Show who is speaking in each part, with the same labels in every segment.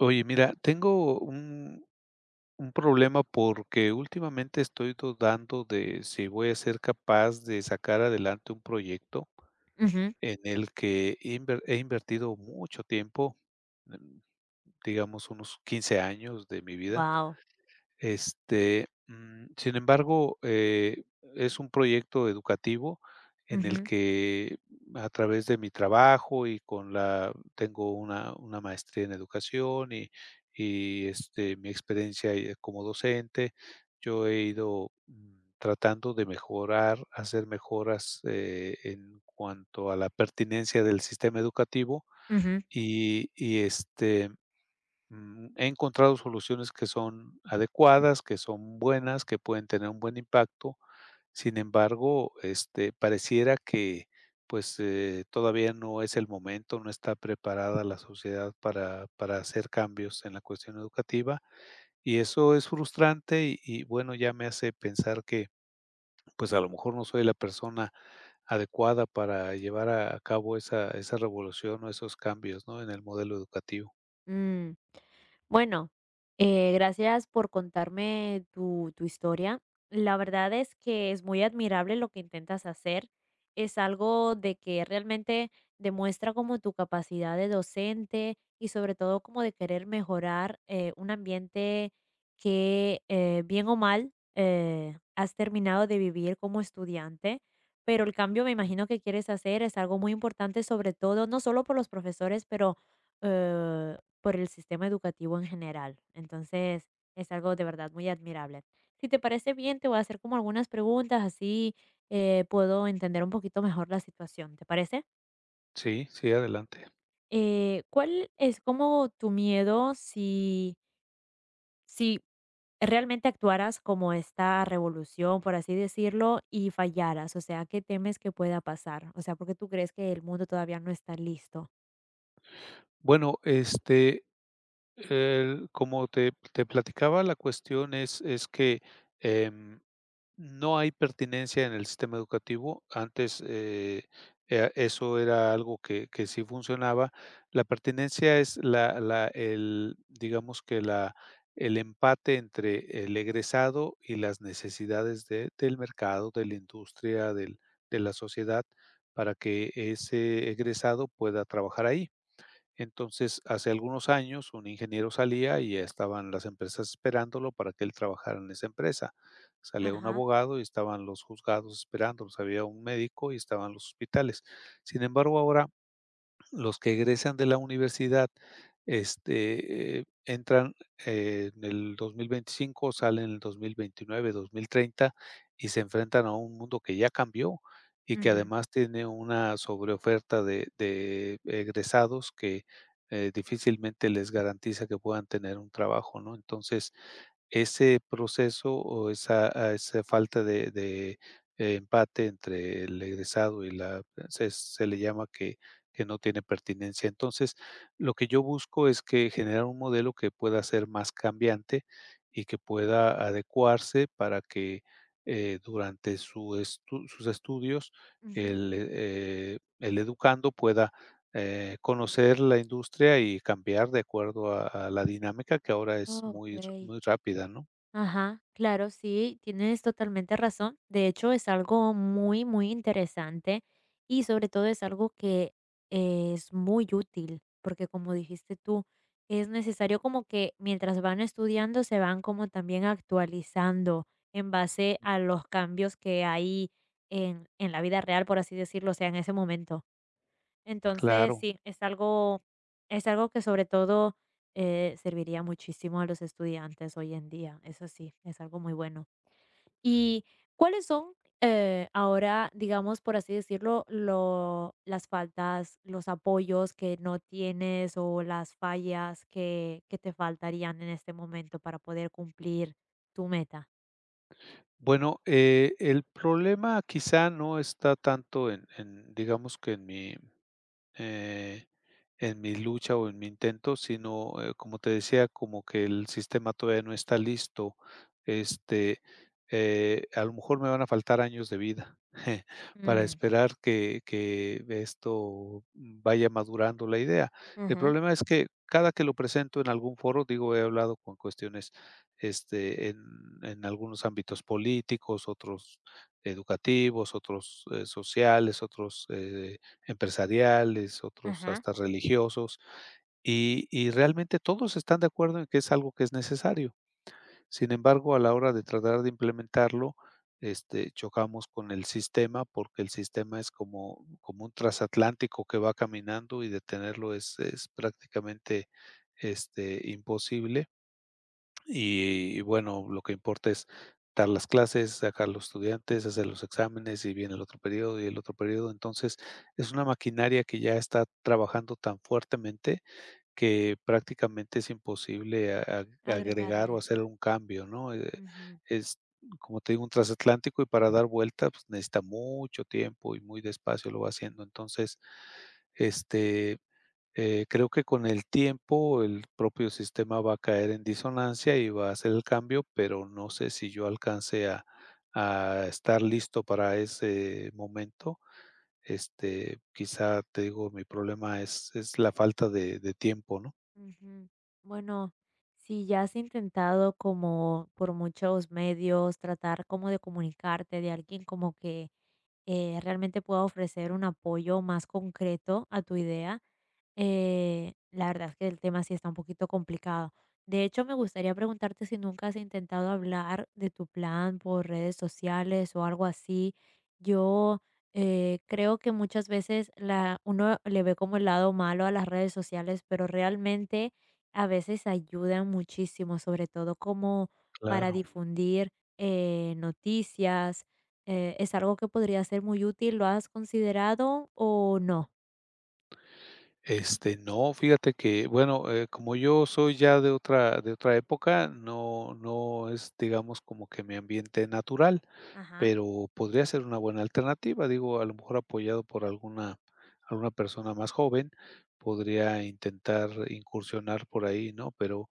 Speaker 1: Oye, mira, tengo un problema porque últimamente estoy dudando de si voy a ser capaz de sacar adelante un proyecto
Speaker 2: Ujú.
Speaker 1: en el que he invertido mucho tiempo, mm, digamos unos 15 años de mi vida.
Speaker 2: Guau.
Speaker 1: Sin embargo, es un proyecto educativo en el
Speaker 2: Ujú,
Speaker 1: que, a través de mi trabajo y con la tengo una maestría en educación, mi experiencia, como docente, yo he ido, tratando de mejorar, hacer mejoras, en cuanto a la pertinencia del sistema educativo
Speaker 2: ujú,
Speaker 1: y he encontrado soluciones que son adecuadas, que son buenas, que pueden tener un buen impacto. Sin embargo, pareciera que, pues, todavía no es el momento, no está preparada la sociedad para hacer cambios en la cuestión educativa, y eso es frustrante, y bueno, ya me hace pensar que, pues, a lo mejor no soy la persona adecuada para llevar a cabo esa revolución o esos cambios, ¿no?, en el modelo educativo.
Speaker 2: mm. Bueno, gracias por contarme tu historia. La verdad es que es muy admirable lo que intentas hacer. Es algo de que realmente demuestra como tu capacidad de docente y sobre todo como de querer mejorar un ambiente que bien o mal has terminado de vivir como estudiante. Pero el cambio me
Speaker 1: Mm.
Speaker 2: imagino que quieres hacer es algo muy importante, sobre todo, no solo por los profesores, pero... eh, por el sistema educativo en general. Entonces, es algo de verdad muy admirable. Si te parece bien, te voy a hacer como algunas preguntas, así puedo entender un poquito mejor la situación. ¿Te parece?
Speaker 1: Sí, sí, adelante.
Speaker 2: ¿cuál es como tu miedo si realmente actuaras como esta revolución, por así decirlo, y fallaras? O sea, ¿qué temes que pueda pasar? O sea, porque tú crees que el mundo todavía no está listo.
Speaker 1: Bueno, el como te platicaba, la cuestión es que, em, no hay pertinencia en el sistema educativo. Antes, eso era algo que sí funcionaba. La pertinencia es la la el, digamos que la el empate entre el egresado y las necesidades de del mercado, de la industria, del de la sociedad, para que ese egresado pueda trabajar ahí. Entonces, hace algunos años, un ingeniero salía y ya estaban las empresas esperándolo para que él trabajara en esa empresa. Salía un
Speaker 2: Ajá.
Speaker 1: abogado y estaban los juzgados esperándolos, había un médico y estaban los hospitales. Sin embargo, ahora los que egresan de la universidad, entran en el 2025, salen en el 2029, 2030, y se enfrentan a un mundo que ya cambió y que
Speaker 2: Ujú,
Speaker 1: además tiene una sobreoferta de egresados que, difícilmente les garantiza que puedan tener un trabajo, ¿no? Entonces, ese proceso o esa a esa falta de empate entre el egresado y la se le llama que no tiene pertinencia. Entonces, lo que yo busco es que generar un modelo que pueda ser más cambiante y que pueda adecuarse para que, durante su estu sus estudios
Speaker 2: ujú.
Speaker 1: el educando pueda, conocer la industria y cambiar de acuerdo a la dinámica que ahora
Speaker 2: Oh,
Speaker 1: es
Speaker 2: ok.
Speaker 1: muy rápida, ¿no?
Speaker 2: Ajá, claro, sí, tienes totalmente razón. De hecho, es algo muy, muy interesante y sobre todo es algo que es muy útil, porque como dijiste tú, es necesario como que mientras van estudiando se van como también actualizando en base a los cambios que hay en la vida real, por así decirlo, o sea, en ese momento. Entonces,
Speaker 1: Claro.
Speaker 2: sí, es algo que sobre todo, serviría muchísimo a los estudiantes hoy en día, eso sí, es algo muy bueno. ¿Y cuáles son, ahora, digamos, por así decirlo, lo las faltas, los apoyos que no tienes o las fallas que te faltarían en este momento para poder cumplir tu meta?
Speaker 1: Bueno, el problema quizá no está tanto en digamos que eh, en mi lucha o en mi intento, sino, como te decía, como que el sistema todavía no está listo. Este, a lo mejor me van a faltar años de vida para
Speaker 2: Mm.
Speaker 1: esperar que esto vaya madurando la idea. El
Speaker 2: Ujú.
Speaker 1: problema es que cada que lo presento en algún foro, digo, he hablado con cuestiones este, en, en algunos ámbitos políticos, otros educativos, otros sociales, otros empresariales, otros
Speaker 2: Ajá,
Speaker 1: hasta religiosos, y realmente todos están de acuerdo en que es algo que es necesario. Sin embargo, a la hora de tratar de implementarlo, chocamos con el sistema, porque el sistema es como un trasatlántico que va caminando y detenerlo es prácticamente, imposible. Y bueno, lo que importa es dar las clases, sacar los estudiantes, hacer los exámenes y viene el otro periodo y el otro periodo. Entonces, es una maquinaria que ya está trabajando tan fuertemente que prácticamente es imposible agregar o
Speaker 2: agregarle.
Speaker 1: hacer un cambio, ¿no? Es, como te digo, un transatlántico, y para dar vuelta, pues, necesita mucho tiempo y muy despacio lo va haciendo. Entonces, este, creo que con el tiempo el propio sistema va a caer en disonancia y va a hacer el cambio, pero no sé si yo alcance a estar listo para ese momento. Quizá te digo, mi problema es la falta de tiempo, ¿no?
Speaker 2: Ujú. Bueno, si ya has intentado como por muchos medios tratar como de comunicarte de alguien como que realmente pueda ofrecer un apoyo más concreto a tu idea, la verdad es que el tema sí está un poquito complicado. De hecho, me gustaría preguntarte si nunca has intentado hablar de tu plan por redes sociales o algo así. Yo creo que muchas veces uno le ve como el lado malo a las redes sociales, pero realmente a veces ayudan muchísimo, sobre todo como para
Speaker 1: Claro.
Speaker 2: difundir noticias. ¿es algo que podría ser muy útil? ¿Lo has considerado o no?
Speaker 1: No, fíjate que, bueno, como yo soy ya de otra época, no, no es, digamos, como que mi ambiente natural.
Speaker 2: Ajá.
Speaker 1: Pero podría ser una buena alternativa, digo, a lo mejor apoyado por alguna persona más joven, podría intentar incursionar por ahí, ¿no? Pero,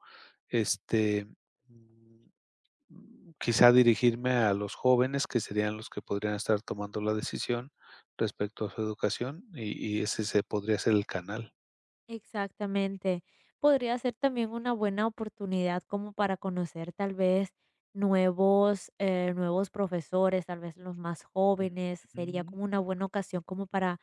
Speaker 1: este, mm, quizá dirigirme a los jóvenes, que serían los que podrían estar tomando la decisión respecto a su educación, y ese se podría ser el canal.
Speaker 2: Exactamente. Podría ser también una buena oportunidad como para conocer tal vez nuevos, nuevos profesores, tal vez los más jóvenes. Sería
Speaker 1: Ujú,
Speaker 2: como una buena ocasión como para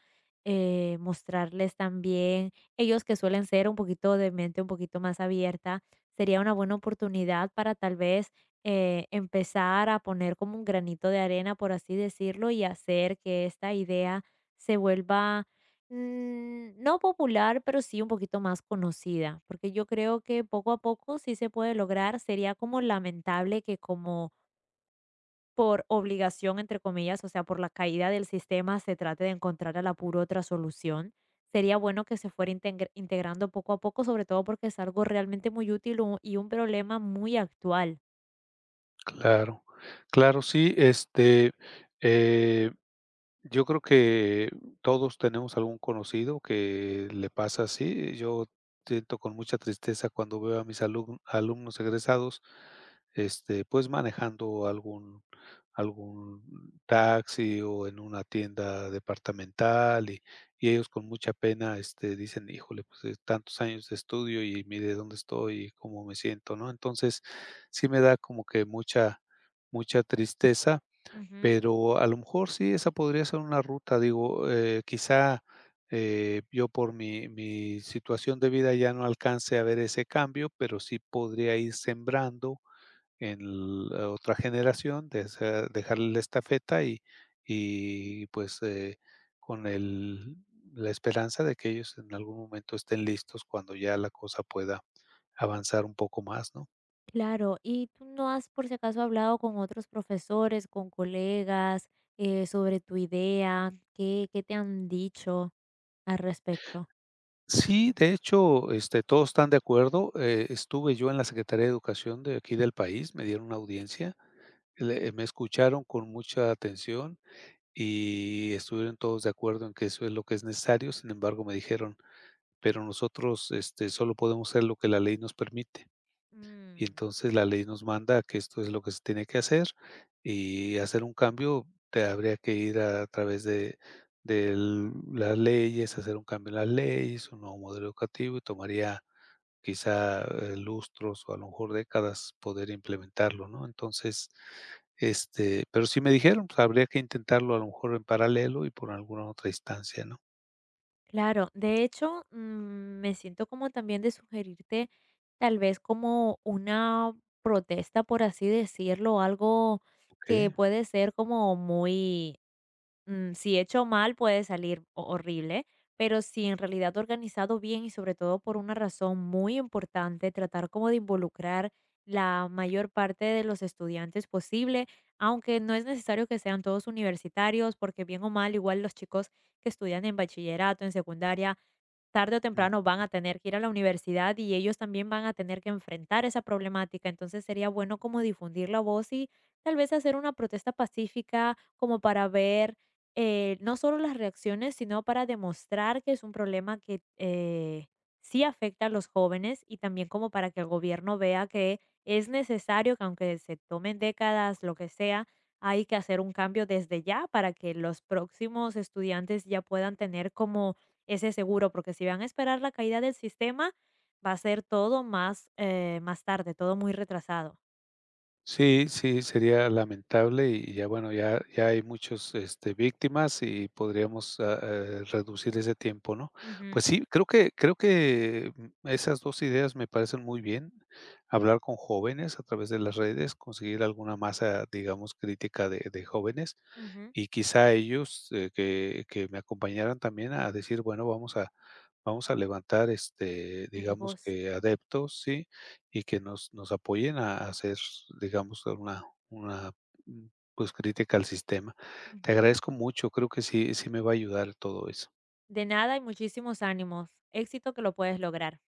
Speaker 2: mostrarles también, ellos que suelen ser un poquito de mente un poquito más abierta, sería una buena oportunidad para tal vez empezar a poner como un granito de arena, por así decirlo, y hacer que esta idea se vuelva mm, no popular, pero sí un poquito más conocida, porque yo creo que poco a poco sí se puede lograr. Sería como lamentable que como por obligación, entre comillas, o sea, por la caída del sistema, se trate de encontrar al apuro otra solución. Sería bueno que se fuera integrando poco a poco, sobre todo porque es algo realmente muy útil y un problema muy actual.
Speaker 1: claro, claro, sí, eh yo creo que todos tenemos algún conocido que le pasa así. Yo siento con mucha tristeza cuando veo a mis alumnos egresados, pues manejando algún taxi o en una tienda departamental y ellos con mucha pena, dicen, híjole, pues tantos años de estudio y mire dónde estoy y cómo me siento, ¿no? Entonces, sí me da como que mucha tristeza,
Speaker 2: Ujú.
Speaker 1: pero a lo mejor sí, esa podría ser una ruta, digo, quizá, yo por mi situación de vida ya no alcance a ver ese cambio, pero sí podría ir sembrando en la otra generación, desa dejarle la estafeta y y pues, eh, con el la esperanza de que ellos en algún momento estén listos cuando ya la cosa pueda avanzar un poco más, ¿no?
Speaker 2: Claro, ¿y tú no has por si acaso hablado con otros profesores, con colegas, sobre tu idea? ¿Qué te han dicho al respecto?
Speaker 1: Sí, de hecho, todos están de acuerdo. Estuve yo en la Secretaría de Educación de aquí del país, me dieron una audiencia, me escucharon con mucha atención y estuvieron todos de acuerdo en que eso es lo que es necesario. Sin embargo, me dijeron, pero nosotros, solo podemos hacer lo que la ley nos permite. Y
Speaker 2: Mm.
Speaker 1: entonces la ley nos manda a que esto es lo que se tiene que hacer, y hacer un cambio te habría que ir a través de las leyes, hacer un cambio en las leyes, un nuevo modelo educativo, y tomaría quizá, lustros o a lo mejor décadas poder implementarlo, ¿no? Entonces, pero sí me dijeron, pues habría que intentarlo a lo mejor en paralelo y por alguna otra instancia, ¿no?
Speaker 2: Claro, de hecho, mm, me siento como también de sugerirte tal vez como una protesta, por así decirlo, algo que
Speaker 1: Okey.
Speaker 2: puede ser como muy mm, si hecho mal puede salir horrible, pero si en realidad organizado bien y sobre todo por una razón muy importante, tratar como de involucrar la mayor parte de los estudiantes posible, aunque no es necesario que sean todos universitarios, porque bien o mal, igual los chicos que estudian en bachillerato, en secundaria, tarde o temprano van a tener que ir a la universidad y ellos también van a tener que enfrentar esa problemática. Entonces sería bueno como difundir la voz y tal vez hacer una protesta pacífica como para ver no solo las reacciones, sino para demostrar que es un problema que sí afecta a los jóvenes y también como para que el gobierno vea que es necesario que aunque se tomen décadas, lo que sea, hay que hacer un cambio desde ya para que los próximos estudiantes ya puedan tener como ese seguro, porque si van a esperar la caída del sistema, va a ser todo más, más tarde, todo muy retrasado.
Speaker 1: Sí, sí, sería lamentable y ya bueno, ya hay muchos, víctimas y podríamos, reducir ese tiempo, ¿no?
Speaker 2: Ujú,
Speaker 1: Pues sí, creo que esas 2 ideas me parecen muy bien, hablar con jóvenes a través de las redes, conseguir alguna masa, digamos, crítica de jóvenes.
Speaker 2: ujú.
Speaker 1: Y quizá ellos, que me acompañaran también a decir, bueno, vamos a levantar,
Speaker 2: La
Speaker 1: digamos
Speaker 2: voz.
Speaker 1: que adeptos, ¿sí? Y que nos apoyen a hacer, digamos, una, mm, pues, crítica al sistema. Te
Speaker 2: Ujú.
Speaker 1: agradezco mucho, creo que sí me va a ayudar todo eso.
Speaker 2: De nada y muchísimos ánimos. Éxito que lo puedes lograr.